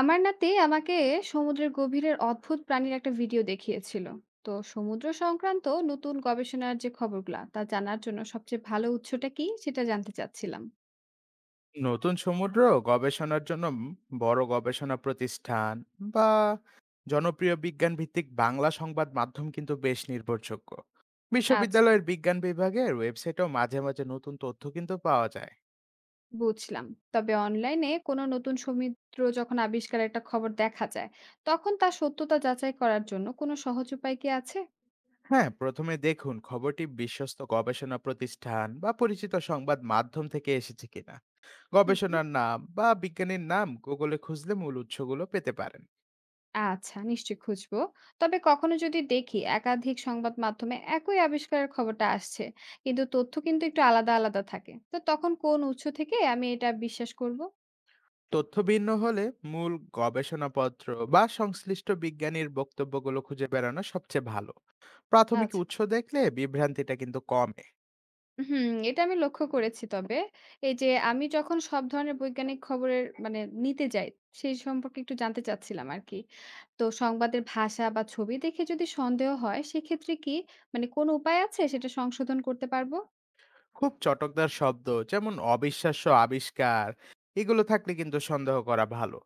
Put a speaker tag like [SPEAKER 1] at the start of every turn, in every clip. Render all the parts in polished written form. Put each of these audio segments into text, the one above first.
[SPEAKER 1] আমার নাতি আমাকে সমুদ্রের গভীরের অদ্ভুত প্রাণীর একটা ভিডিও দেখিয়েছিল। তো সমুদ্র সংক্রান্ত নতুন গবেষণার যে খবরগুলা তা জানার জন্য সবচেয়ে ভালো উৎসটা কি সেটা জানতে চাচ্ছিলাম।
[SPEAKER 2] নতুন সমুদ্র গবেষণার জন্য বড় গবেষণা প্রতিষ্ঠান বা জনপ্রিয় বিজ্ঞান ভিত্তিক বাংলা সংবাদ মাধ্যম কিন্তু বেশ নির্ভরযোগ্য।
[SPEAKER 1] আচ্ছা,
[SPEAKER 2] বিশ্ববিদ্যালয়ের বিজ্ঞান বিভাগের ওয়েবসাইটেও মাঝে মাঝে নতুন তথ্য কিন্তু পাওয়া যায়।
[SPEAKER 1] বুঝলাম। তবে অনলাইনে কোনো নতুন সমুদ্র যখন আবিষ্কারের একটা খবর দেখা যায়, তখন তার সত্যতা যাচাই করার জন্য কোনো সহজ উপায় কি আছে?
[SPEAKER 2] হ্যাঁ, প্রথমে দেখুন খবরটি বিশ্বস্ত গবেষণা প্রতিষ্ঠান বা পরিচিত সংবাদ মাধ্যম থেকে এসেছে কিনা।
[SPEAKER 1] হুম,
[SPEAKER 2] গবেষণার নাম বা বিজ্ঞানীর নাম গুগলে খুঁজলে মূল উৎসগুলো পেতে পারেন।
[SPEAKER 1] আচ্ছা, নিশ্চয়ই খুঁজবো। তবে কখনো যদি দেখি একাধিক সংবাদ মাধ্যমে একই আবিষ্কারের খবরটা আসছে, কিন্তু তথ্য কিন্তু একটু আলাদা, আলাদা থাকে। তো তখন কোন উৎস থেকে আমি এটা বিশ্বাস করব?
[SPEAKER 2] তথ্য ভিন্ন হলে মূল গবেষণাপত্র বা সংশ্লিষ্ট বিজ্ঞানীর বক্তব্যগুলো খুঁজে বেড়ানো সবচেয়ে ভালো। প্রাথমিক
[SPEAKER 1] আচ্ছা।
[SPEAKER 2] উৎস দেখলে বিভ্রান্তিটা কিন্তু কমে।
[SPEAKER 1] হুম, এটা আমি লক্ষ্য করেছি তবে। এই যে আমি যখন সব ধরনের বৈজ্ঞানিক খবরের নিতে যাই, সেই সম্পর্কে একটু জানতে চাচ্ছিলাম আরকি। তো সংবাদের ভাষা বা ছবি দেখে যদি সন্দেহ হয়, সেক্ষেত্রে কি কোন উপায় আছে সেটা সংশোধন করতে পারবো?
[SPEAKER 2] খুব চটকদার শব্দ, যেমন অবিশ্বাস্য আবিষ্কার, এগুলো থাকলে কিন্তু সন্দেহ করা ভালো।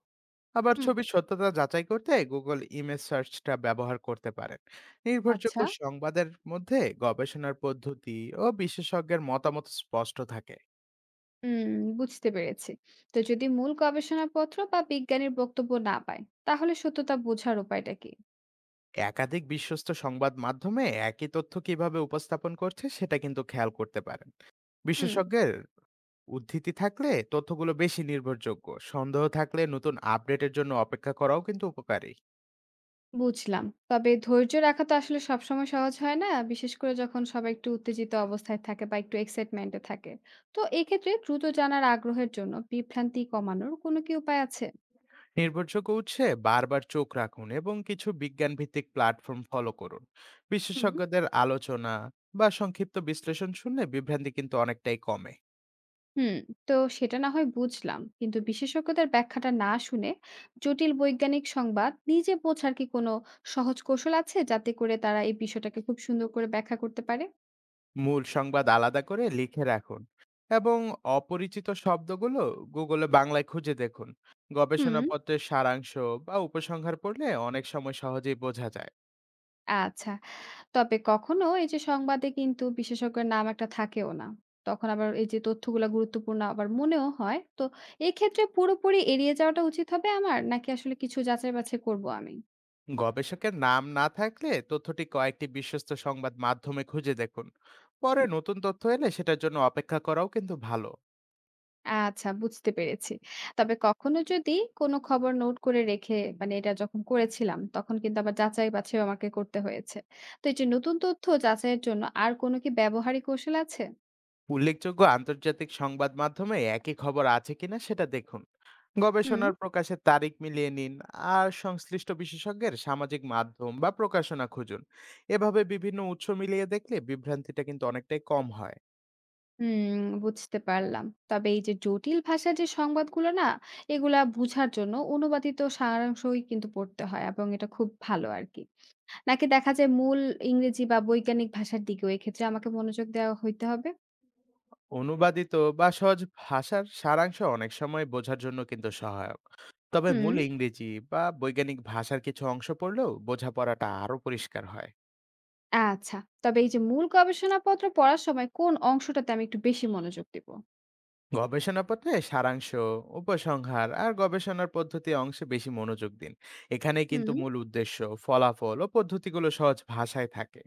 [SPEAKER 2] আবার
[SPEAKER 1] হুম।
[SPEAKER 2] ছবির সত্যতা যাচাই করতে গুগল ইমেজ সার্চটা ব্যবহার করতে পারেন। নির্ভরযোগ্য
[SPEAKER 1] আচ্ছা।
[SPEAKER 2] সংবাদের মধ্যে গবেষণার পদ্ধতি ও বিশেষজ্ঞের মতামত স্পষ্ট থাকে।
[SPEAKER 1] হুম, বুঝতে পেরেছি। তো যদি মূল গবেষণাপত্র বা বিজ্ঞানীর বক্তব্য না পায়, তাহলে সত্যতা বোঝার উপায়টা কি?
[SPEAKER 2] একাধিক বিশ্বস্ত সংবাদ মাধ্যমে একই তথ্য কিভাবে উপস্থাপন করছে সেটা কিন্তু খেয়াল করতে পারেন।
[SPEAKER 1] হুম,
[SPEAKER 2] বিশেষজ্ঞের উদ্ধৃতি থাকলে তথ্যগুলো বেশি নির্ভরযোগ্য। সন্দেহ থাকলে নতুন আপডেটের জন্য অপেক্ষা করাও কিন্তু উপকারী।
[SPEAKER 1] বুঝলাম। তবে ধৈর্য রাখা তো আসলে সবসময় সহজ হয় না, বিশেষ করে যখন সবাই একটু উত্তেজিত অবস্থায় থাকে বা একটু এক্সাইটমেন্টে থাকে। তো এক্ষেত্রে দ্রুত জানার আগ্রহের জন্য বিভ্রান্তি কমানোর কোনো কি উপায় আছে?
[SPEAKER 2] নির্ভরযোগ্য উৎসে বারবার চোখ রাখুন এবং কিছু বিজ্ঞান ভিত্তিক প্ল্যাটফর্ম ফলো করুন।
[SPEAKER 1] হুম
[SPEAKER 2] বিশেষজ্ঞদের আলোচনা বা সংক্ষিপ্ত বিশ্লেষণ শুনলে বিভ্রান্তি কিন্তু অনেকটাই কমে।
[SPEAKER 1] হুম তো সেটা না হয় বুঝলাম, কিন্তু বিশেষজ্ঞদের ব্যাখ্যাটা না শুনে জটিল বৈজ্ঞানিক সংবাদ নিজে বোঝার কি কোনো সহজ কৌশল আছে, যাতে করে তারা এই বিষয়টাকে খুব সুন্দর করে ব্যাখ্যা করতে পারে?
[SPEAKER 2] মূল সংবাদ আলাদা করে লিখে রাখুন এবং অপরিচিত শব্দগুলো গুগলে বাংলায় খুঁজে দেখুন।
[SPEAKER 1] হুম,
[SPEAKER 2] গবেষণাপত্রের সারাংশ বা উপসংহার পড়লে অনেক সময় সহজেই বোঝা যায়।
[SPEAKER 1] আচ্ছা। তবে কখনো এই যে সংবাদে কিন্তু বিশেষজ্ঞের নাম একটা থাকেও না, তখন আবার এই যে তথ্যগুলা গুরুত্বপূর্ণ আবার মনেও হয়। তো এক্ষেত্রে পুরোপুরি এড়িয়ে যাওয়াটা উচিত হবে আমার, নাকি আসলে কিছু যাচাই বাছাই করবো আমি?
[SPEAKER 2] গবেষকের নাম না থাকলে তথ্যটি কয়েকটি বিশ্বস্ত সংবাদ মাধ্যমে খুঁজে দেখুন। পরে নতুন তথ্য এলে সেটার জন্য অপেক্ষা করাও কিন্তু ভালো।
[SPEAKER 1] আচ্ছা, বুঝতে পেরেছি। তবে কখনো যদি কোনো খবর নোট করে রেখে, এটা যখন করেছিলাম, তখন কিন্তু আবার যাচাই-বাছাইও আমাকে করতে হয়েছে। তো এই যে নতুন তথ্য যাচাইয়ের জন্য আর কোনো কি ব্যবহারিক কৌশল আছে?
[SPEAKER 2] উল্লেখযোগ্য আন্তর্জাতিক সংবাদ মাধ্যমে একই খবর আছে কিনা সেটা দেখুন।
[SPEAKER 1] হুম।
[SPEAKER 2] গবেষণার প্রকাশের তারিখ মিলিয়ে নিন। আর সংশ্লিষ্ট বিশেষজ্ঞের সামাজিক মাধ্যম বা প্রকাশনা খুঁজুন। এভাবে বিভিন্ন উৎস মিলিয়ে দেখলে বিভ্রান্তিটা কিন্তু অনেকটাই কম হয়।
[SPEAKER 1] হুম, বুঝতে পারলাম। তবে এই যে জটিল ভাষার যে সংবাদগুলো না, এগুলা বুঝার জন্য অনুবাদিত সারাংশই কিন্তু পড়তে হয়, এবং এটা খুব ভালো আরকি। নাকি দেখা যায় মূল ইংরেজি বা বৈজ্ঞানিক ভাষার দিকেও এক্ষেত্রে আমাকে মনোযোগ দেওয়া হইতে হবে?
[SPEAKER 2] অনুবাদিত বা সহজ ভাষার সারাংশ অনেক সময় বোঝার জন্য কিন্তু সহায়ক। তবে মূল
[SPEAKER 1] হুম।
[SPEAKER 2] ইংরেজি বা বৈজ্ঞানিক ভাষার কিছু অংশ পড়লেও বোঝাপড়াটা আরো পরিষ্কার হয়।
[SPEAKER 1] আচ্ছা। তবে এই যে মূল গবেষণাপত্র পড়ার সময় কোন অংশটাতে আমি একটু বেশি মনোযোগ দিব?
[SPEAKER 2] গবেষণাপত্রে সারাংশ, উপসংহার আর গবেষণার পদ্ধতি অংশে বেশি মনোযোগ দিন। এখানে কিন্তু
[SPEAKER 1] হুম।
[SPEAKER 2] মূল উদ্দেশ্য, ফলাফল ও পদ্ধতিগুলো সহজ ভাষায় থাকে।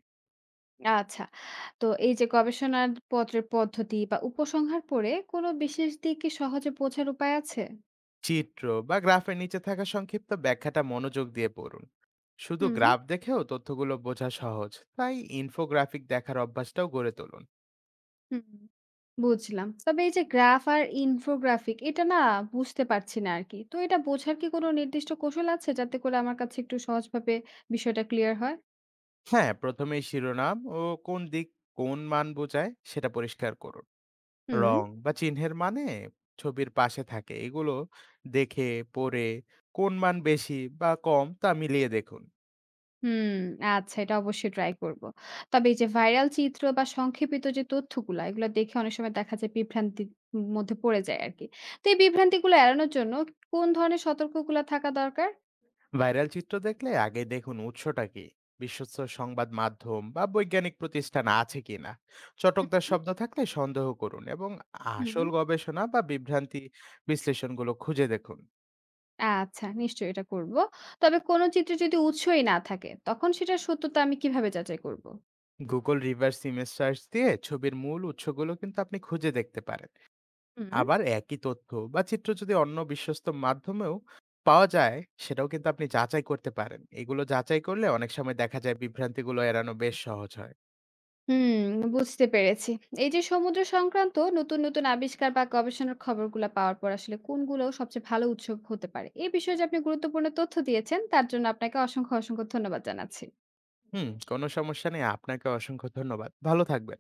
[SPEAKER 1] আচ্ছা। তো এই যে গবেষণার পত্রের পদ্ধতি বা উপসংহার পড়ে কোনো বিশেষ দিক কি সহজে বোঝার উপায় আছে?
[SPEAKER 2] চিত্র বা গ্রাফের নিচে থাকা সংক্ষিপ্ত ব্যাখ্যাটা মনোযোগ দিয়ে পড়ুন। শুধু
[SPEAKER 1] হুম,
[SPEAKER 2] গ্রাফ দেখেও তথ্যগুলো বোঝা সহজ, তাই ইনফোগ্রাফিক দেখার অভ্যাসটাও গড়ে তুলুন।
[SPEAKER 1] হুম। বুঝলাম। তবে এই যে গ্রাফ আর ইনফোগ্রাফিক এটা না বুঝতে পারছি না আরকি। তো এটা বোঝার কি কোনো নির্দিষ্ট কৌশল আছে, যাতে করে আমার কাছে একটু সহজভাবে বিষয়টা ক্লিয়ার হয়?
[SPEAKER 2] হ্যাঁ, প্রথমেই শিরোনাম ও কোন দিক কোন মান বোঝায় সেটা পরিষ্কার করুন।
[SPEAKER 1] হুম।
[SPEAKER 2] রং বা চিহ্নের মানে ছবির পাশে থাকে, এগুলো দেখে পড়ে কোন মান বেশি বা কম তা মিলিয়ে দেখুন।
[SPEAKER 1] হুম, আচ্ছা, এটা অবশ্যই ট্রাই করব। তবে এই যে ভাইরাল চিত্র বা সংক্ষেপিত যে তথ্যগুলা, এগুলা দেখে অনেক সময় দেখা যায় বিভ্রান্তির মধ্যে পড়ে যায় আরকি। তো এই বিভ্রান্তিগুলো এড়ানোর জন্য কোন ধরনের সতর্কগুলা থাকা দরকার?
[SPEAKER 2] ভাইরাল চিত্র দেখলে আগে দেখুন উৎসটা কি বিশ্বস্ত সংবাদ মাধ্যম বা বৈজ্ঞানিক প্রতিষ্ঠান আছে কিনা। চটকদার শব্দ থাকলে সন্দেহ করুন এবং
[SPEAKER 1] হুম,
[SPEAKER 2] আসল
[SPEAKER 1] হুম।
[SPEAKER 2] গবেষণা বা বিভ্রান্তি বিশ্লেষণগুলো খুঁজে দেখুন।
[SPEAKER 1] আচ্ছা, নিশ্চয়ই এটা করব। তবে কোন চিত্রে যদি উৎসই না থাকে, তখন সেটার সত্যতা আমি কিভাবে যাচাই করব?
[SPEAKER 2] গুগল রিভার্স ইমেজ সার্চ দিয়ে ছবির মূল উৎসগুলো কিন্তু আপনি খুঁজে দেখতে পারেন।
[SPEAKER 1] হুম।
[SPEAKER 2] আবার একই তথ্য বা চিত্র যদি অন্য বিশ্বস্ত মাধ্যমেও পাওয়া যায়, সেটাও কিন্তু আপনি যাচাই করতে পারেন। এগুলো যাচাই করলে অনেক সময় দেখা যায় বিভ্রান্তিগুলো এড়ানো বেশ সহজ হয়।
[SPEAKER 1] হুম, বুঝতে পেরেছি। এই যে সমুদ্র সংক্রান্ত নতুন, নতুন আবিষ্কার বা গবেষণার খবরগুলা পাওয়ার পর আসলে কোনগুলো সবচেয়ে ভালো উৎস হতে পারে? এ বিষয়ে যে আপনি গুরুত্বপূর্ণ তথ্য দিয়েছেন তার জন্য আপনাকে অসংখ্য, অসংখ্য ধন্যবাদ জানাচ্ছি।
[SPEAKER 2] হুম, কোনো সমস্যা নেই। আপনাকে অসংখ্য ধন্যবাদ। ভালো থাকবেন।